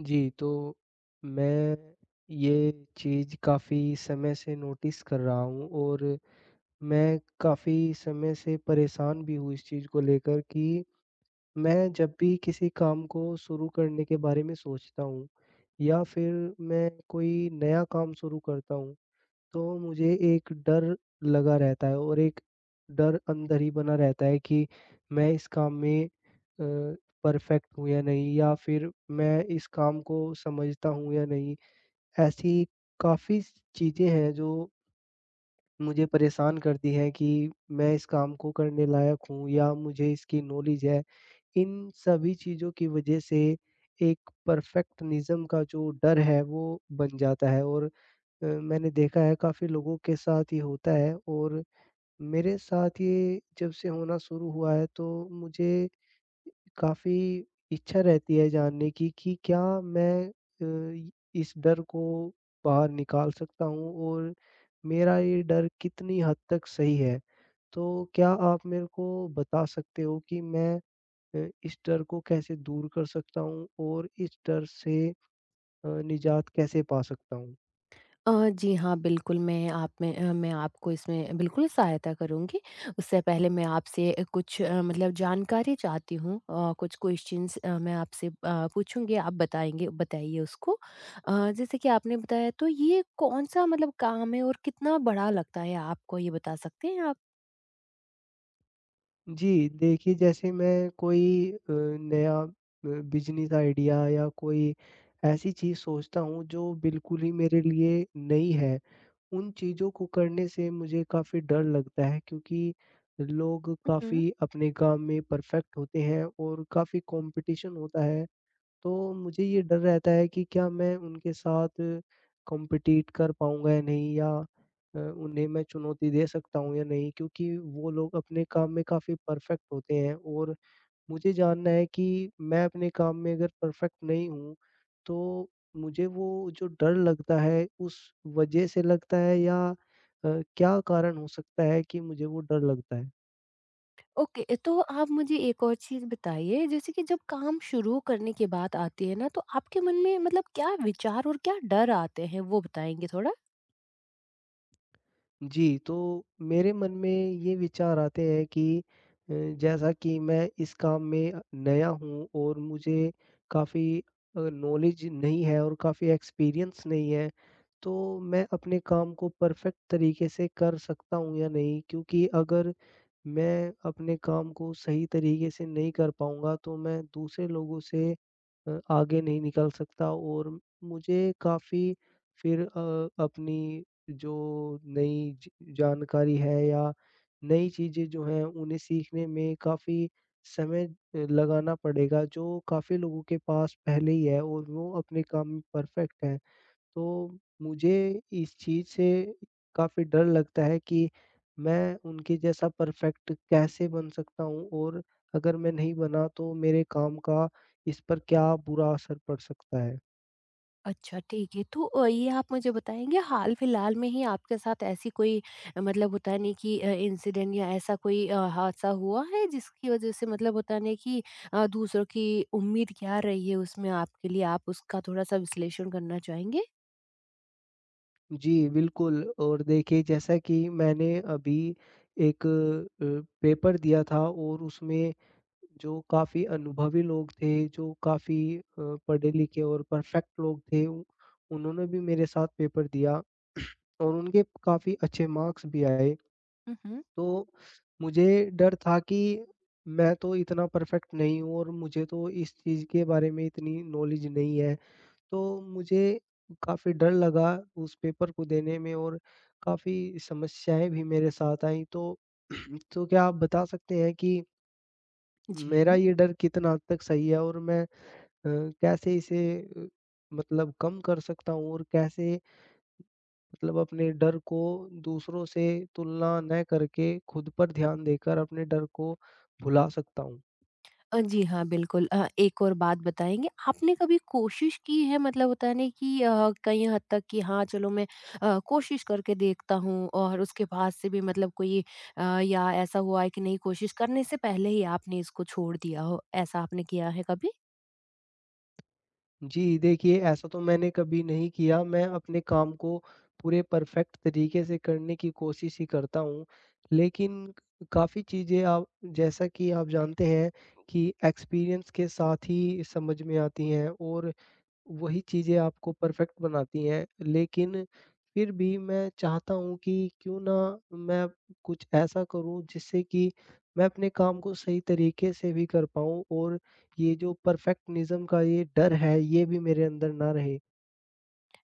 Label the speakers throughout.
Speaker 1: जी, तो मैं ये चीज़ काफ़ी समय से नोटिस कर रहा हूँ और मैं काफ़ी समय से परेशान भी हूँ इस चीज़ को लेकर कि मैं जब भी किसी काम को शुरू करने के बारे में सोचता हूँ या फिर मैं कोई नया काम शुरू करता हूँ, तो मुझे एक डर लगा रहता है और एक डर अंदर ही बना रहता है कि मैं इस काम में परफेक्ट हूँ या नहीं, या फिर मैं इस काम को समझता हूँ या नहीं। ऐसी काफ़ी चीज़ें हैं जो मुझे परेशान करती हैं कि मैं इस काम को करने लायक हूँ या मुझे इसकी नॉलेज है। इन सभी चीज़ों की वज़ह से एक परफेक्शनिज़्म का जो डर है वो बन जाता है, और मैंने देखा है काफ़ी लोगों के साथ ये होता है, और मेरे साथ ये जब से होना शुरू हुआ है, तो मुझे काफ़ी इच्छा रहती है जानने की कि क्या मैं इ- इस डर को बाहर निकाल सकता हूँ, और मेरा ये डर कितनी हद तक सही है। तो क्या आप मेरे को बता सकते हो कि मैं अ, इस डर को कैसे दूर कर सकता हूँ, और इस डर से निजात कैसे पा सकता हूँ?
Speaker 2: जी हाँ, बिल्कुल, मैं आप में अ, मैं आपको इसमें बिल्कुल सहायता करूँगी। उससे पहले मैं आपसे कुछ मतलब जानकारी चाहती हूँ। कुछ क्वेश्चन्स मैं आपसे पूछूँगी, आप बताएँगे बताइए उसको। जैसे कि आपने बताया, तो ये कौन-सा मतलब काम है और कितना बड़ा लगता है आपको, ये बता सकते हैं आप?
Speaker 1: जी, देखिए, जैसे मैं कोई नया बिज़नेस आइडिया या कोई ऐसी चीज़ सोचता हूँ जो बिल्कुल ही मेरे लिए नई है, उन चीज़ों को करने से मुझे काफ़ी डर लगता है, क्योंकि लोग
Speaker 2: उहुँ।
Speaker 1: काफ़ी अपने काम में परफ़ेक्ट होते हैं और काफ़ी कॉम्पिटिशन होता है। तो मुझे ये डर रहता है कि क्या मैं उनके साथ कॉम्पिटिट कर पाऊँगा या नहीं, या उन्हें मैं चुनौती दे सकता हूँ या नहीं, क्योंकि वो लोग अपने काम में काफ़ी परफेक्ट होते हैं। और मुझे जानना है कि मैं अपने काम में अगर परफेक्ट नहीं हूँ, तो मुझे वो जो डर लगता है उस वज़ह से लगता है, या क्या कारण हो सकता है कि मुझे वो डर लगता है?
Speaker 2: ओके, तो आप मुझे एक और चीज़ बताइए, जैसे कि जब काम शुरू करने की बात आती है ना, तो आपके मन में मतलब क्या विचार और क्या डर आते हैं, वो बताएँगे थोड़ा?
Speaker 1: जी, तो मेरे मन में ये विचार आते हैं कि अ, जैसा कि मैं इस काम में नया हूँ और मुझे काफ़ी नॉलेज नहीं है और काफ़ी एक्सपीरियंस नहीं है, तो मैं अपने काम को परफेक्ट तरीके से कर सकता हूँ या नहीं? क्योंकि अगर मैं अपने काम को सही तरीके से नहीं कर पाऊँगा, तो मैं दूसरे लोगों से आगे नहीं निकल सकता, और मुझे काफ़ी फिर अपनी जो नई ज जानकारी है या नई चीज़ें जो हैं, उन्हें सीखने में काफ़ी समय लगाना पड़ेगा, जो काफ़ी लोगों के पास पहले ही है, और वो अपने काम में परफेक्ट हैं। तो मुझे इस चीज़ से काफ़ी डर लगता है कि मैं उनके जैसा परफेक्ट कैसे बन सकता हूँ, और अगर मैं नहीं बना तो मेरे काम का इस पर क्या बुरा असर पड़ सकता है?
Speaker 2: अच्छा, ठीक है। तो ये आप मुझे बताएँगे, हाल-फिलहाल में ही आपके साथ ऐसी कोई मतलब होता है नहीं कि इंसिडेंट या ऐसा कोई हादसा हुआ है, जिसकी वज़ह से मतलब होता नहीं कि दूसरों की उम्मीद क्या रही है उसमें आपके लिए? आप उसका थोड़ा-सा विश्लेषण करना चाहेंगे?
Speaker 1: जी, बिल्कुल। और देखिए, जैसा कि मैंने अभी एक पेपर दिया था, और उसमें जो काफ़ी अनुभवी लोग थे, जो काफ़ी पढ़े-लिखे और परफेक्ट लोग थे, उ उन्होंने भी मेरे साथ पेपर दिया और उनके काफ़ी अच्छे मार्क्स भी आए।
Speaker 2: हुँ, हुँ।
Speaker 1: तो मुझे डर था कि मैं तो इतना परफेक्ट नहीं हूँ, और मुझे तो इस चीज़ के बारे में इतनी नॉलेज नहीं है। तो मुझे काफ़ी डर लगा उस पेपर को देने में, और काफ़ी समस्याएँ भी मेरे साथ आईं। तो तो क्या आप बता सकते हैं कि
Speaker 2: जी।
Speaker 1: मेरा ये डर कितना हद तक सही है, और मैं अ, कैसे इसे अ, मतलब कम कर सकता हूँ, और कैसे मतलब अपने डर को दूसरों से तुलना न करके खुद पर ध्यान देकर अपने डर को भुला सकता हूँ?
Speaker 2: जी हाँ, बिल्कुल। एक और बात बताएँगे, आपने कभी कोशिश की है, मतलब होता है ना कि कहीं हद तक कि हाँ, चलो मैं कोशिश करके देखता हूँ, और उसके बाद से भी मतलब कोई या ऐसा हुआ है कि नहीं, कोशिश करने से पहले ही आपने इसको छोड़ दिया हो, ऐसा आपने किया है कभी?
Speaker 1: जी, देखिए, ऐसा तो मैंने कभी नहीं किया। मैं अपने काम को पूरे परफ़ेक्ट तरीके से करने की कोशिश ही करता हूँ। लेकिन काफ़ी चीज़ें, आप जैसा कि आप जानते हैं, कि एक्सपीरियंस के साथ ही समझ में आती हैं, और वही चीज़ें आपको परफेक्ट बनाती हैं। लेकिन फिर भी मैं चाहता हूँ कि क्यों ना मैं कुछ ऐसा करूँ जिससे कि मैं अपने काम को सही तरीके से भी कर पाऊँ, और ये जो परफेक्शनिज़्म का ये डर है, ये भी मेरे अंदर ना रहे।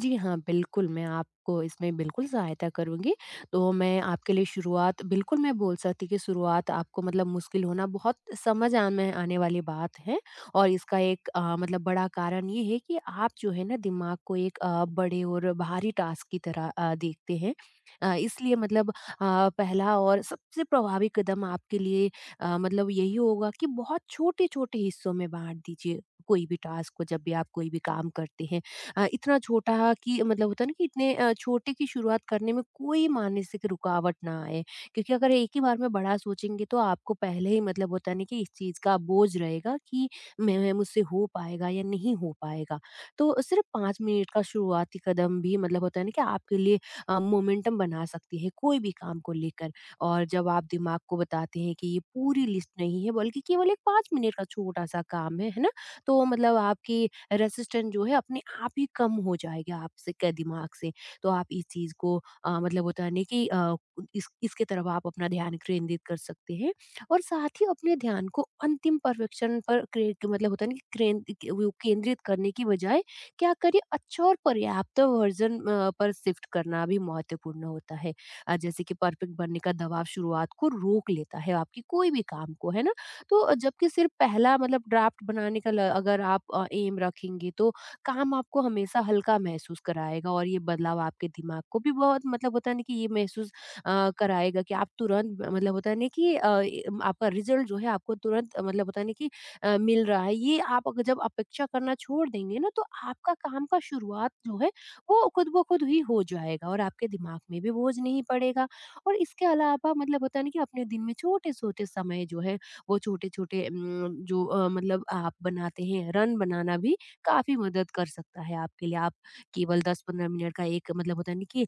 Speaker 2: जी हाँ, बिल्कुल, मैं आपको इसमें बिल्कुल सहायता करूँगी। तो मैं आपके लिए शुरुआत, बिल्कुल मैं बोल सकती कि शुरुआत आपको मतलब मुश्किल होना बहुत समझ आ में आने वाली बात है, और इसका एक मतलब बड़ा कारण ये है कि आप जो है ना, दिमाग को एक बड़े और भारी टास्क की तरह देखते हैं। इसलिए मतलब पहला और सबसे प्रभावी कदम आपके लिए मतलब यही होगा कि बहुत छोटे-छोटे हिस्सों में बाँट दीजिए कोई भी टास्क को, जब भी आप कोई भी काम करते हैं। इतना छोटा कि मतलब होता है ना कि इतने छोटे की शुरुआत करने में कोई मानसिक रुकावट ना आए, क्योंकि अगर एक ही बार में बड़ा सोचेंगे तो आपको पहले ही मतलब होता है ना कि इस चीज़ का बोझ रहेगा कि मुझसे हो पाएगा या नहीं हो पाएगा। तो सिर्फ 5 मिनट का शुरुआती कदम भी मतलब होता है ना कि आपके लिए मोमेंटम बना सकती है कोई भी काम को लेकर। और जब आप दिमाग को बताते हैं कि ये पूरी लिस्ट नहीं है, बल्कि केवल एक 5 मिनट का छोटा सा काम है ना, तो मतलब आपकी रेजिस्टेंस जो है, अपने आप ही कम हो जाएगा आपसे के दिमाग से। तो आप इस चीज़ को मतलब होता है ना कि इस इसके तरफ आप अपना ध्यान केंद्रित कर सकते हैं। और साथ ही अपने ध्यान को अंतिम परफेक्शन पर मतलब होता है ना कि वो केंद्रित करने की बजाय, क्या करिए, अच्छा और पर्याप्त वर्जन पर शिफ्ट करना भी महत्वपूर्ण होता है। जैसे कि परफेक्ट बनने का दबाव शुरुआत को रोक लेता है आपकी कोई भी काम को, है ना। तो जबकि सिर्फ पहला मतलब ड्राफ्ट बनाने का ल अगर आप एम रखेंगे, तो काम आपको हमेशा हल्का महसूस कराएगा। और ये बदलाव आपके दिमाग को भी बहुत मतलब होता है ना कि ये महसूस कराएगा कि आप तुरंत मतलब होता है ना कि आपका रिजल्ट जो है, आपको तुरंत मतलब होता है ना कि मिल रहा है। ये आप अगर जब अपेक्षा करना छोड़ देंगे ना, तो आपका काम का शुरुआत जो है, वो खुद ब खुद ही हो जाएगा, और आपके दिमाग में भी बोझ नहीं पड़ेगा। और इसके अलावा मतलब होता है ना कि अपने दिन में छोटे-छोटे समय जो है, वो छोटे-छोटे जो मतलब आप बनाते हैं, रन बनाना भी काफ़ी मदद कर सकता है आपके लिए। आप केवल 10-15 मिनट का एक, मतलब होता है ना कि,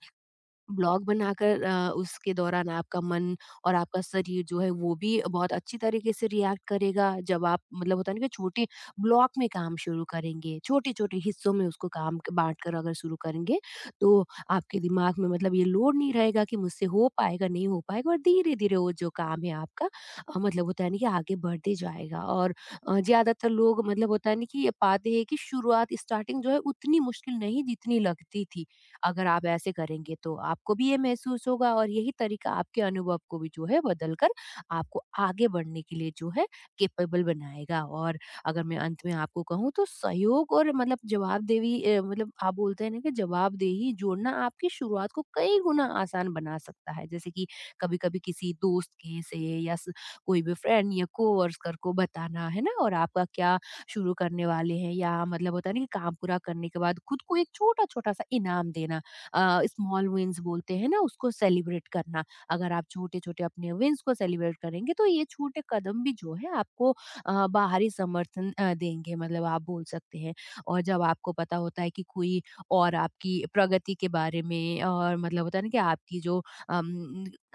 Speaker 2: ब्लॉग बनाकर उसके दौरान आपका मन और आपका शरीर जो है, वो भी बहुत अच्छी तरीके से रिएक्ट करेगा, जब आप मतलब होता है ना कि छोटे ब्लॉक में काम शुरू करेंगे, छोटे-छोटे हिस्सों में उसको काम क बाँट कर अगर शुरू करेंगे, तो आपके दिमाग में मतलब ये लोड नहीं रहेगा कि मुझसे हो पाएगा, नहीं हो पाएगा। और धीरे-धीरे वो जो काम है आपका मतलब होता है ना कि आगे बढ़ते जाएगा। और ज़्यादातर लोग मतलब होता है ना कि ये पाते हैं कि शुरुआत स्टार्टिंग जो है, उतनी मुश्किल नहीं जितनी लगती थी। अगर आप ऐसे करेंगे, तो आपको भी ये महसूस होगा, और यही तरीका आपके अनुभव को भी जो है, बदल कर आपको आगे बढ़ने के लिए जो है, केपेबल बनाएगा। और अगर मैं अंत में आपको कहूँ, तो सहयोग और मतलब जवाबदेही, मतलब आप बोलते हैं ना कि जवाबदेही जोड़ना, आपकी शुरुआत को कई गुना आसान बना सकता है, जैसे कि कभी कभी किसी दोस्त के से या कोई भी फ्रेंड या कोवर्कर को बताना, है ना, और आपका क्या शुरू करने वाले हैं, या मतलब होता है ना कि काम पूरा करने के बाद खुद को एक छोटा-छोटा सा इनाम देना। स्मॉल विन्स बोलते हैं ना, उसको सेलिब्रेट करना। अगर आप छोटे-छोटे अपने विन्स को सेलिब्रेट करेंगे, तो ये छोटे कदम भी जो है, आपको बाहरी समर्थन देंगे, मतलब आप बोल सकते हैं। और जब आपको पता होता है कि कोई और आपकी प्रगति के बारे में, और मतलब होता है ना कि आपकी जो अम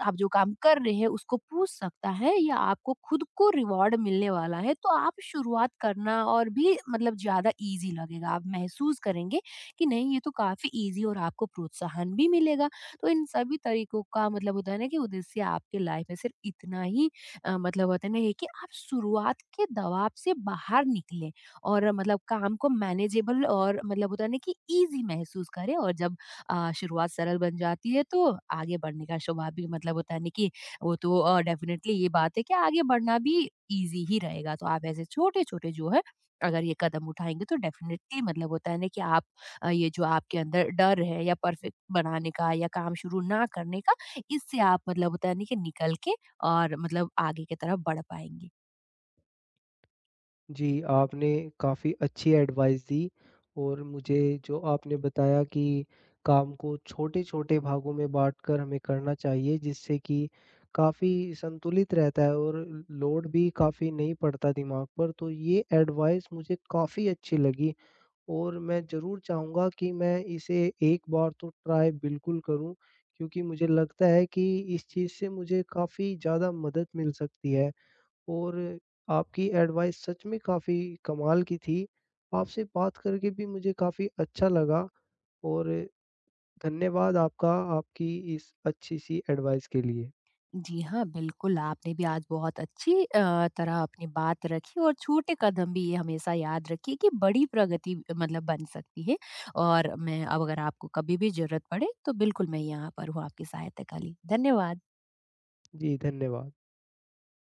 Speaker 2: आप जो काम कर रहे हैं उसको पूछ सकता है, या आपको खुद को रिवॉर्ड मिलने वाला है, तो आप शुरुआत करना और भी मतलब ज्यादा इजी लगेगा। आप महसूस करेंगे कि नहीं, ये तो काफी इजी, और आपको प्रोत्साहन भी मिलेगा। तो इन सभी तरीकों का, मतलब होता है ना कि, उद्देश्य आपके लाइफ में सिर्फ इतना ही मतलब होता है ना, ये कि आप शुरुआत के दबाव से बाहर निकले, और मतलब काम को मैनेजेबल और, मतलब होता है ना कि, इजी महसूस करें। और जब शुरुआत सरल बन जाती है, तो आगे बढ़ने का स्वभाव भी, मतलब होता है ना कि, वो तो डेफिनेटली ये बात है कि आगे बढ़ना भी ईजी ही रहेगा। तो आप ऐसे छोटे-छोटे जो है, अगर ये कदम उठाएँगे, तो डेफिनेटली, मतलब होता है ना कि, आप ये जो आपके अंदर डर है, या परफेक्ट बनाने का या काम शुरू ना करने का, इससे आप, मतलब होता है ना कि, निकल के और मतलब आगे की तरफ बढ़ पाएँगे।
Speaker 1: जी, आपने काफ़ी अच्छी एडवाइस दी, और मुझे जो आपने बताया कि काम को छोटे-छोटे भागों में बाँटकर हमें करना चाहिए, जिससे कि काफ़ी संतुलित रहता है और लोड भी काफ़ी नहीं पड़ता दिमाग पर, तो ये एडवाइस मुझे काफ़ी अच्छी लगी। और मैं ज़रूर चाहूँगा कि मैं इसे एक बार तो ट्राई बिल्कुल करूँ, क्योंकि मुझे लगता है कि इस चीज़ से मुझे काफ़ी ज़्यादा मदद मिल सकती है। और आपकी एडवाइस सच में काफ़ी कमाल की थी। आपसे बात करके भी मुझे काफ़ी अच्छा लगा। और धन्यवाद आपका, आपकी इस अच्छी-सी एडवाइस के लिए।
Speaker 2: जी हाँ, बिल्कुल, आपने भी आज बहुत अच्छी तरह अपनी बात रखी, और छोटे कदम भी, ये हमेशा याद रखिए कि बड़ी प्रगति मतलब बन सकती है। और मैं अब, अगर आपको कभी भी ज़रूरत पड़े, तो बिल्कुल मैं यहाँ पर हूँ आपकी सहायता के लिए। धन्यवाद।
Speaker 1: जी, धन्यवाद।